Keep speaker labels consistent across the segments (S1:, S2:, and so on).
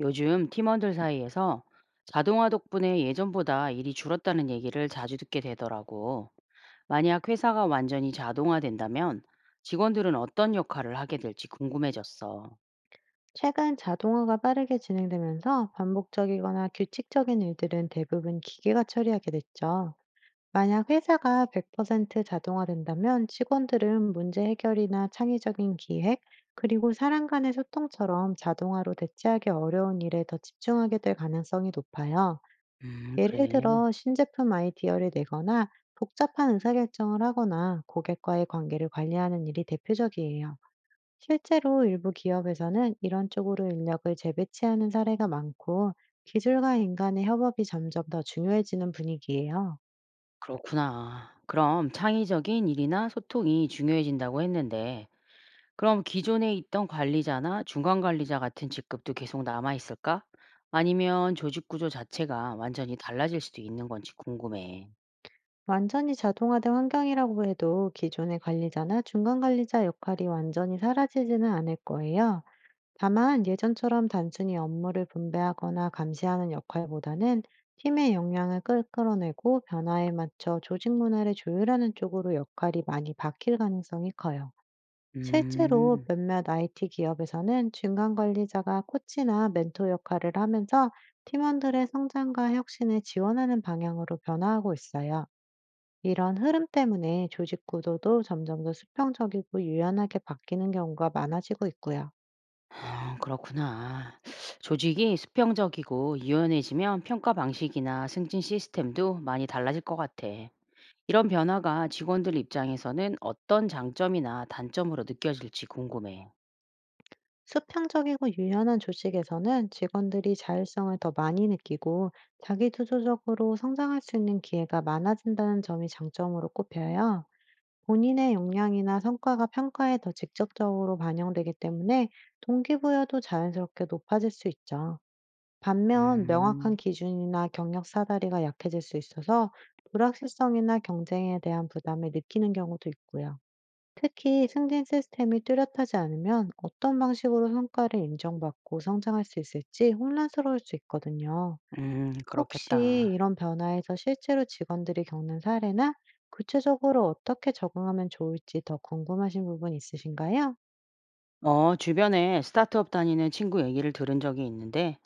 S1: 요즘 팀원들 사이에서 자동화 덕분에 예전보다 일이 줄었다는 얘기를 자주 듣게 되더라고. 만약 회사가 완전히 자동화된다면 직원들은 어떤 역할을 하게 될지 궁금해졌어.
S2: 최근 자동화가 빠르게 진행되면서 반복적이거나 규칙적인 일들은 대부분 기계가 처리하게 됐죠. 만약 회사가 100% 자동화된다면 직원들은 문제 해결이나 창의적인 기획, 그리고 사람 간의 소통처럼 자동화로 대체하기 어려운 일에 더 집중하게 될 가능성이 높아요. 예를
S1: 그래.
S2: 들어 신제품 아이디어를 내거나 복잡한 의사결정을 하거나 고객과의 관계를 관리하는 일이 대표적이에요. 실제로 일부 기업에서는 이런 쪽으로 인력을 재배치하는 사례가 많고, 기술과 인간의 협업이 점점 더 중요해지는 분위기예요.
S1: 그렇구나. 그럼 창의적인 일이나 소통이 중요해진다고 했는데, 그럼 기존에 있던 관리자나 중간 관리자 같은 직급도 계속 남아 있을까? 아니면 조직 구조 자체가 완전히 달라질 수도 있는 건지 궁금해.
S2: 완전히 자동화된 환경이라고 해도 기존의 관리자나 중간 관리자 역할이 완전히 사라지지는 않을 거예요. 다만 예전처럼 단순히 업무를 분배하거나 감시하는 역할보다는 팀의 역량을 끌어내고 변화에 맞춰 조직 문화를 조율하는 쪽으로 역할이 많이 바뀔 가능성이 커요. 실제로
S1: 음.
S2: 몇몇 IT 기업에서는 중간 관리자가 코치나 멘토 역할을 하면서 팀원들의 성장과 혁신을 지원하는 방향으로 변화하고 있어요. 이런 흐름 때문에 조직 구조도 점점 더 수평적이고 유연하게 바뀌는 경우가 많아지고 있고요.
S1: 아 그렇구나. 조직이 수평적이고 유연해지면 평가 방식이나 승진 시스템도 많이 달라질 것 같아. 이런 변화가 직원들 입장에서는 어떤 장점이나 단점으로 느껴질지 궁금해.
S2: 수평적이고 유연한 조직에서는 직원들이 자율성을 더 많이 느끼고 자기주도적으로 성장할 수 있는 기회가 많아진다는 점이 장점으로 꼽혀요. 본인의 역량이나 성과가 평가에 더 직접적으로 반영되기 때문에 동기부여도 자연스럽게 높아질 수 있죠. 반면
S1: 음,
S2: 명확한 기준이나 경력 사다리가 약해질 수 있어서 불확실성이나 경쟁에 대한 부담을 느끼는 경우도 있고요. 특히 승진 시스템이 뚜렷하지 않으면 어떤 방식으로 성과를 인정받고 성장할 수 있을지 혼란스러울 수 있거든요. 혹시
S1: 그렇겠다.
S2: 이런 변화에서 실제로 직원들이 겪는 사례나 구체적으로 어떻게 적응하면 좋을지 더 궁금하신 부분 있으신가요?
S1: 주변에 스타트업 다니는 친구 얘기를 들은 적이 있는데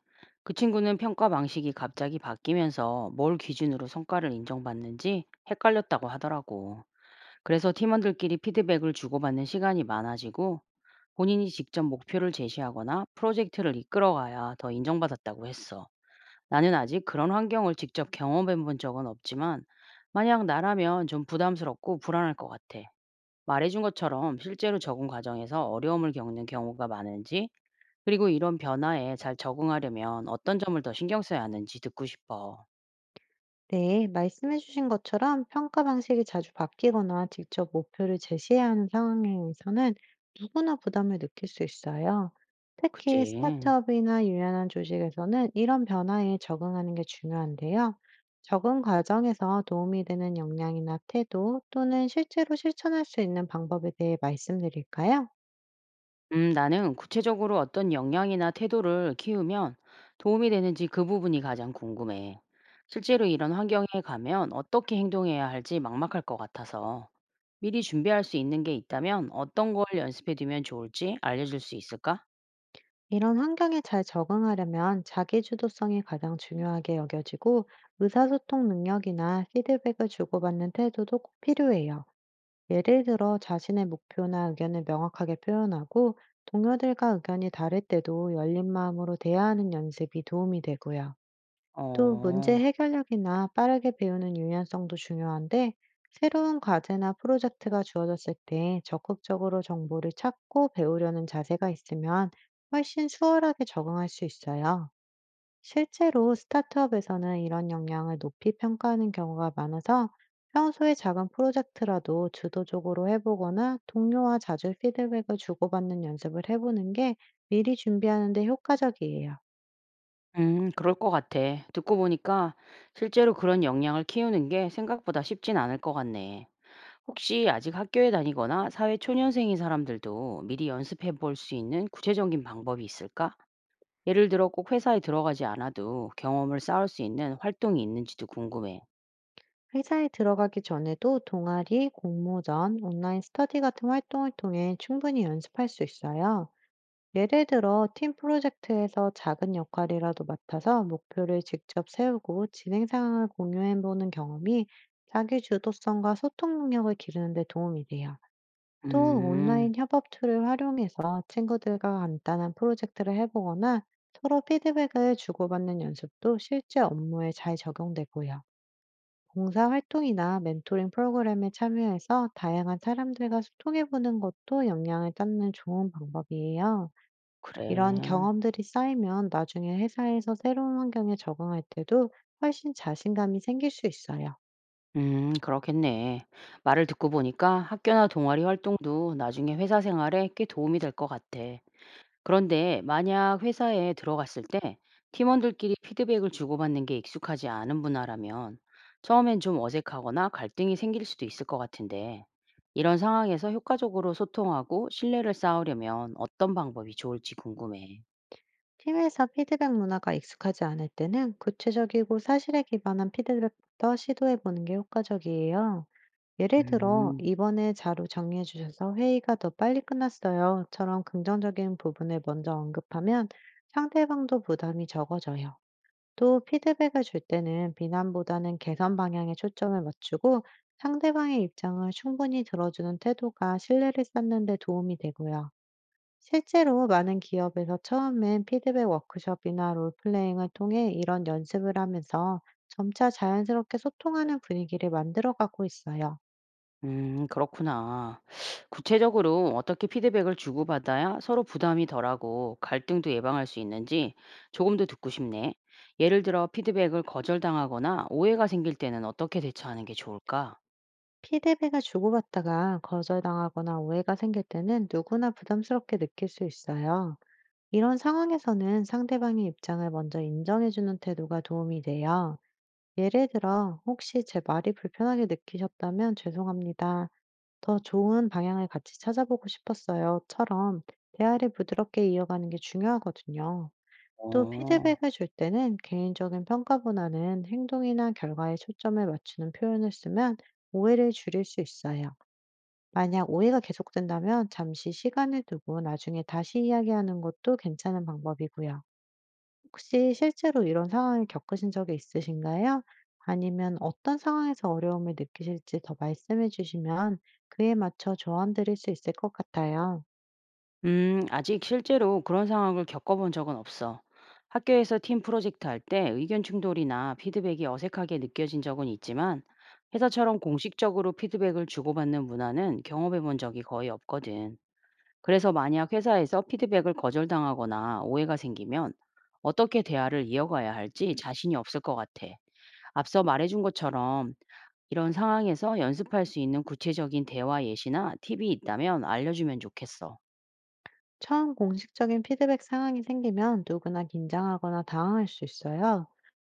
S1: 그 친구는 평가 방식이 갑자기 바뀌면서 뭘 기준으로 성과를 인정받는지 헷갈렸다고 하더라고. 그래서 팀원들끼리 피드백을 주고받는 시간이 많아지고 본인이 직접 목표를 제시하거나 프로젝트를 이끌어가야 더 인정받았다고 했어. 나는 아직 그런 환경을 직접 경험해 본 적은 없지만 만약 나라면 좀 부담스럽고 불안할 것 같아. 말해준 것처럼 실제로 적응 과정에서 어려움을 겪는 경우가 많은지 그리고 이런 변화에 잘 적응하려면 어떤 점을 더 신경 써야 하는지 듣고 싶어.
S2: 네, 말씀해주신 것처럼 평가 방식이 자주 바뀌거나 직접 목표를 제시해야 하는 상황에서는 누구나 부담을 느낄 수 있어요. 특히
S1: 그치?
S2: 스타트업이나 유연한 조직에서는 이런 변화에 적응하는 게 중요한데요. 적응 과정에서 도움이 되는 역량이나 태도, 또는 실제로 실천할 수 있는 방법에 대해 말씀드릴까요?
S1: 나는 구체적으로 어떤 역량이나 태도를 키우면 도움이 되는지 그 부분이 가장 궁금해. 실제로 이런 환경에 가면 어떻게 행동해야 할지 막막할 것 같아서 미리 준비할 수 있는 게 있다면 어떤 걸 연습해 두면 좋을지 알려줄 수 있을까?
S2: 이런 환경에 잘 적응하려면 자기 주도성이 가장 중요하게 여겨지고, 의사소통 능력이나 피드백을 주고받는 태도도 꼭 필요해요. 예를 들어 자신의 목표나 의견을 명확하게 표현하고, 동료들과 의견이 다를 때도 열린 마음으로 대화하는 연습이 도움이 되고요. 또 문제
S1: 어,
S2: 해결력이나 빠르게 배우는 유연성도 중요한데, 새로운 과제나 프로젝트가 주어졌을 때 적극적으로 정보를 찾고 배우려는 자세가 있으면 훨씬 수월하게 적응할 수 있어요. 실제로 스타트업에서는 이런 역량을 높이 평가하는 경우가 많아서, 평소에 작은 프로젝트라도 주도적으로 해보거나 동료와 자주 피드백을 주고받는 연습을 해보는 게 미리 준비하는 데 효과적이에요.
S1: 그럴 것 같아. 듣고 보니까 실제로 그런 역량을 키우는 게 생각보다 쉽진 않을 것 같네. 혹시 아직 학교에 다니거나 사회 초년생인 사람들도 미리 연습해 볼 수 있는 구체적인 방법이 있을까? 예를 들어 꼭 회사에 들어가지 않아도 경험을 쌓을 수 있는 활동이 있는지도 궁금해.
S2: 회사에 들어가기 전에도 동아리, 공모전, 온라인 스터디 같은 활동을 통해 충분히 연습할 수 있어요. 예를 들어, 팀 프로젝트에서 작은 역할이라도 맡아서 목표를 직접 세우고 진행 상황을 공유해 보는 경험이 자기 주도성과 소통 능력을 기르는 데 도움이 돼요. 또
S1: 음,
S2: 온라인 협업 툴을 활용해서 친구들과 간단한 프로젝트를 해보거나 서로 피드백을 주고받는 연습도 실제 업무에 잘 적용되고요. 봉사활동이나 멘토링 프로그램에 참여해서 다양한 사람들과 소통해보는 것도 역량을 쌓는 좋은 방법이에요. 이런
S1: 그래.
S2: 경험들이 쌓이면 나중에 회사에서 새로운 환경에 적응할 때도 훨씬 자신감이 생길 수 있어요.
S1: 그렇겠네. 말을 듣고 보니까 학교나 동아리 활동도 나중에 회사 생활에 꽤 도움이 될 것 같아. 그런데 만약 회사에 들어갔을 때 팀원들끼리 피드백을 주고받는 게 익숙하지 않은 분야라면 처음엔 좀 어색하거나 갈등이 생길 수도 있을 것 같은데 이런 상황에서 효과적으로 소통하고 신뢰를 쌓으려면 어떤 방법이 좋을지 궁금해.
S2: 팀에서 피드백 문화가 익숙하지 않을 때는 구체적이고 사실에 기반한 피드백부터 시도해보는 게 효과적이에요. 예를 들어,
S1: 음,
S2: "이번에 자료 정리해주셔서 회의가 더 빨리 끝났어요."처럼 긍정적인 부분을 먼저 언급하면 상대방도 부담이 적어져요. 또 피드백을 줄 때는 비난보다는 개선 방향에 초점을 맞추고, 상대방의 입장을 충분히 들어주는 태도가 신뢰를 쌓는 데 도움이 되고요. 실제로 많은 기업에서 처음엔 피드백 워크숍이나 롤플레잉을 통해 이런 연습을 하면서 점차 자연스럽게 소통하는 분위기를 만들어 가고 있어요.
S1: 그렇구나. 구체적으로 어떻게 피드백을 주고받아야 서로 부담이 덜하고 갈등도 예방할 수 있는지 조금 더 듣고 싶네. 예를 들어 피드백을 거절당하거나 오해가 생길 때는 어떻게 대처하는 게 좋을까?
S2: 피드백을 주고받다가 거절당하거나 오해가 생길 때는 누구나 부담스럽게 느낄 수 있어요. 이런 상황에서는 상대방의 입장을 먼저 인정해주는 태도가 도움이 돼요. 예를 들어, "혹시 제 말이 불편하게 느끼셨다면 죄송합니다. 더 좋은 방향을 같이 찾아보고 싶었어요. 처럼 대화를 부드럽게 이어가는 게 중요하거든요. 또
S1: 어,
S2: 피드백을 줄 때는 개인적인 평가보다는 행동이나 결과에 초점을 맞추는 표현을 쓰면 오해를 줄일 수 있어요. 만약 오해가 계속된다면 잠시 시간을 두고 나중에 다시 이야기하는 것도 괜찮은 방법이고요. 혹시 실제로 이런 상황을 겪으신 적이 있으신가요? 아니면 어떤 상황에서 어려움을 느끼실지 더 말씀해 주시면 그에 맞춰 조언 드릴 수 있을 것 같아요.
S1: 아직 실제로 그런 상황을 겪어본 적은 없어. 학교에서 팀 프로젝트 할 때 의견 충돌이나 피드백이 어색하게 느껴진 적은 있지만 회사처럼 공식적으로 피드백을 주고받는 문화는 경험해 본 적이 거의 없거든. 그래서 만약 회사에서 피드백을 거절당하거나 오해가 생기면 어떻게 대화를 이어가야 할지 자신이 없을 것 같아. 앞서 말해준 것처럼 이런 상황에서 연습할 수 있는 구체적인 대화 예시나 팁이 있다면 알려주면 좋겠어.
S2: 처음 공식적인 피드백 상황이 생기면 누구나 긴장하거나 당황할 수 있어요.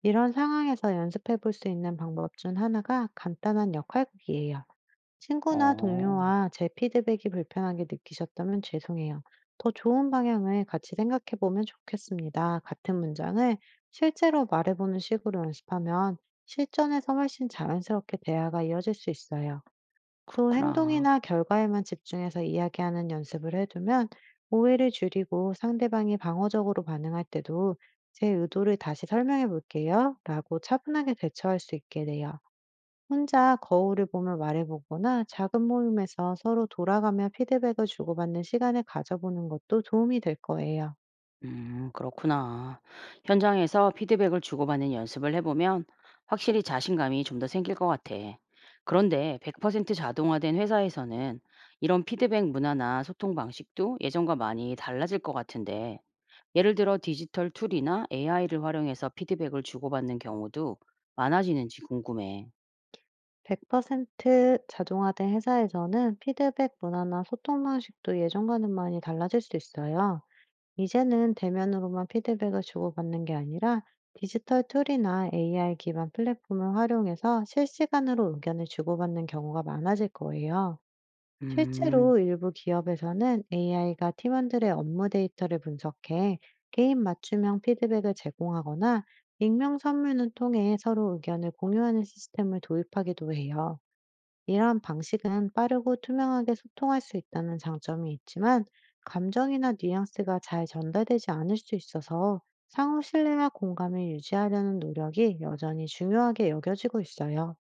S2: 이런 상황에서 연습해 볼 수 있는 방법 중 하나가 간단한 역할극이에요. 친구나
S1: 어,
S2: 동료와 "제 피드백이 불편하게 느끼셨다면 죄송해요. 더 좋은 방향을 같이 생각해 보면 좋겠습니다." 같은 문장을 실제로 말해보는 식으로 연습하면 실전에서 훨씬 자연스럽게 대화가 이어질 수 있어요. 또
S1: 그렇구나.
S2: 행동이나 결과에만 집중해서 이야기하는 연습을 해두면 오해를 줄이고, 상대방이 방어적으로 반응할 때도 "제 의도를 다시 설명해 볼게요. 라고 차분하게 대처할 수 있게 돼요. 혼자 거울을 보며 말해보거나 작은 모임에서 서로 돌아가며 피드백을 주고받는 시간을 가져보는 것도 도움이 될 거예요.
S1: 그렇구나. 현장에서 피드백을 주고받는 연습을 해보면 확실히 자신감이 좀 더 생길 것 같아. 그런데 100% 자동화된 회사에서는 이런 피드백 문화나 소통 방식도 예전과 많이 달라질 것 같은데, 예를 들어 디지털 툴이나 AI를 활용해서 피드백을 주고받는 경우도 많아지는지 궁금해.
S2: 100% 자동화된 회사에서는 피드백 문화나 소통 방식도 예전과는 많이 달라질 수 있어요. 이제는 대면으로만 피드백을 주고받는 게 아니라 디지털 툴이나 AI 기반 플랫폼을 활용해서 실시간으로 의견을 주고받는 경우가 많아질 거예요.
S1: 음,
S2: 실제로 일부 기업에서는 AI가 팀원들의 업무 데이터를 분석해 개인 맞춤형 피드백을 제공하거나 익명 선문을 통해 서로 의견을 공유하는 시스템을 도입하기도 해요. 이러한 방식은 빠르고 투명하게 소통할 수 있다는 장점이 있지만 감정이나 뉘앙스가 잘 전달되지 않을 수 있어서 상호 신뢰와 공감을 유지하려는 노력이 여전히 중요하게 여겨지고 있어요.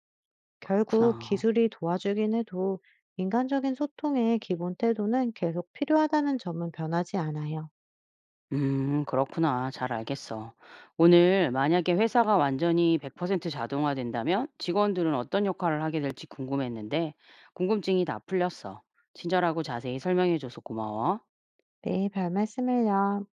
S2: 결국
S1: 그렇구나.
S2: 기술이 도와주긴 해도 인간적인 소통의 기본 태도는 계속 필요하다는 점은 변하지 않아요.
S1: 그렇구나. 잘 알겠어. 오늘 만약에 회사가 완전히 100% 자동화된다면 직원들은 어떤 역할을 하게 될지 궁금했는데 궁금증이 다 풀렸어. 친절하고 자세히 설명해줘서 고마워.
S2: 네, 별 말씀을요.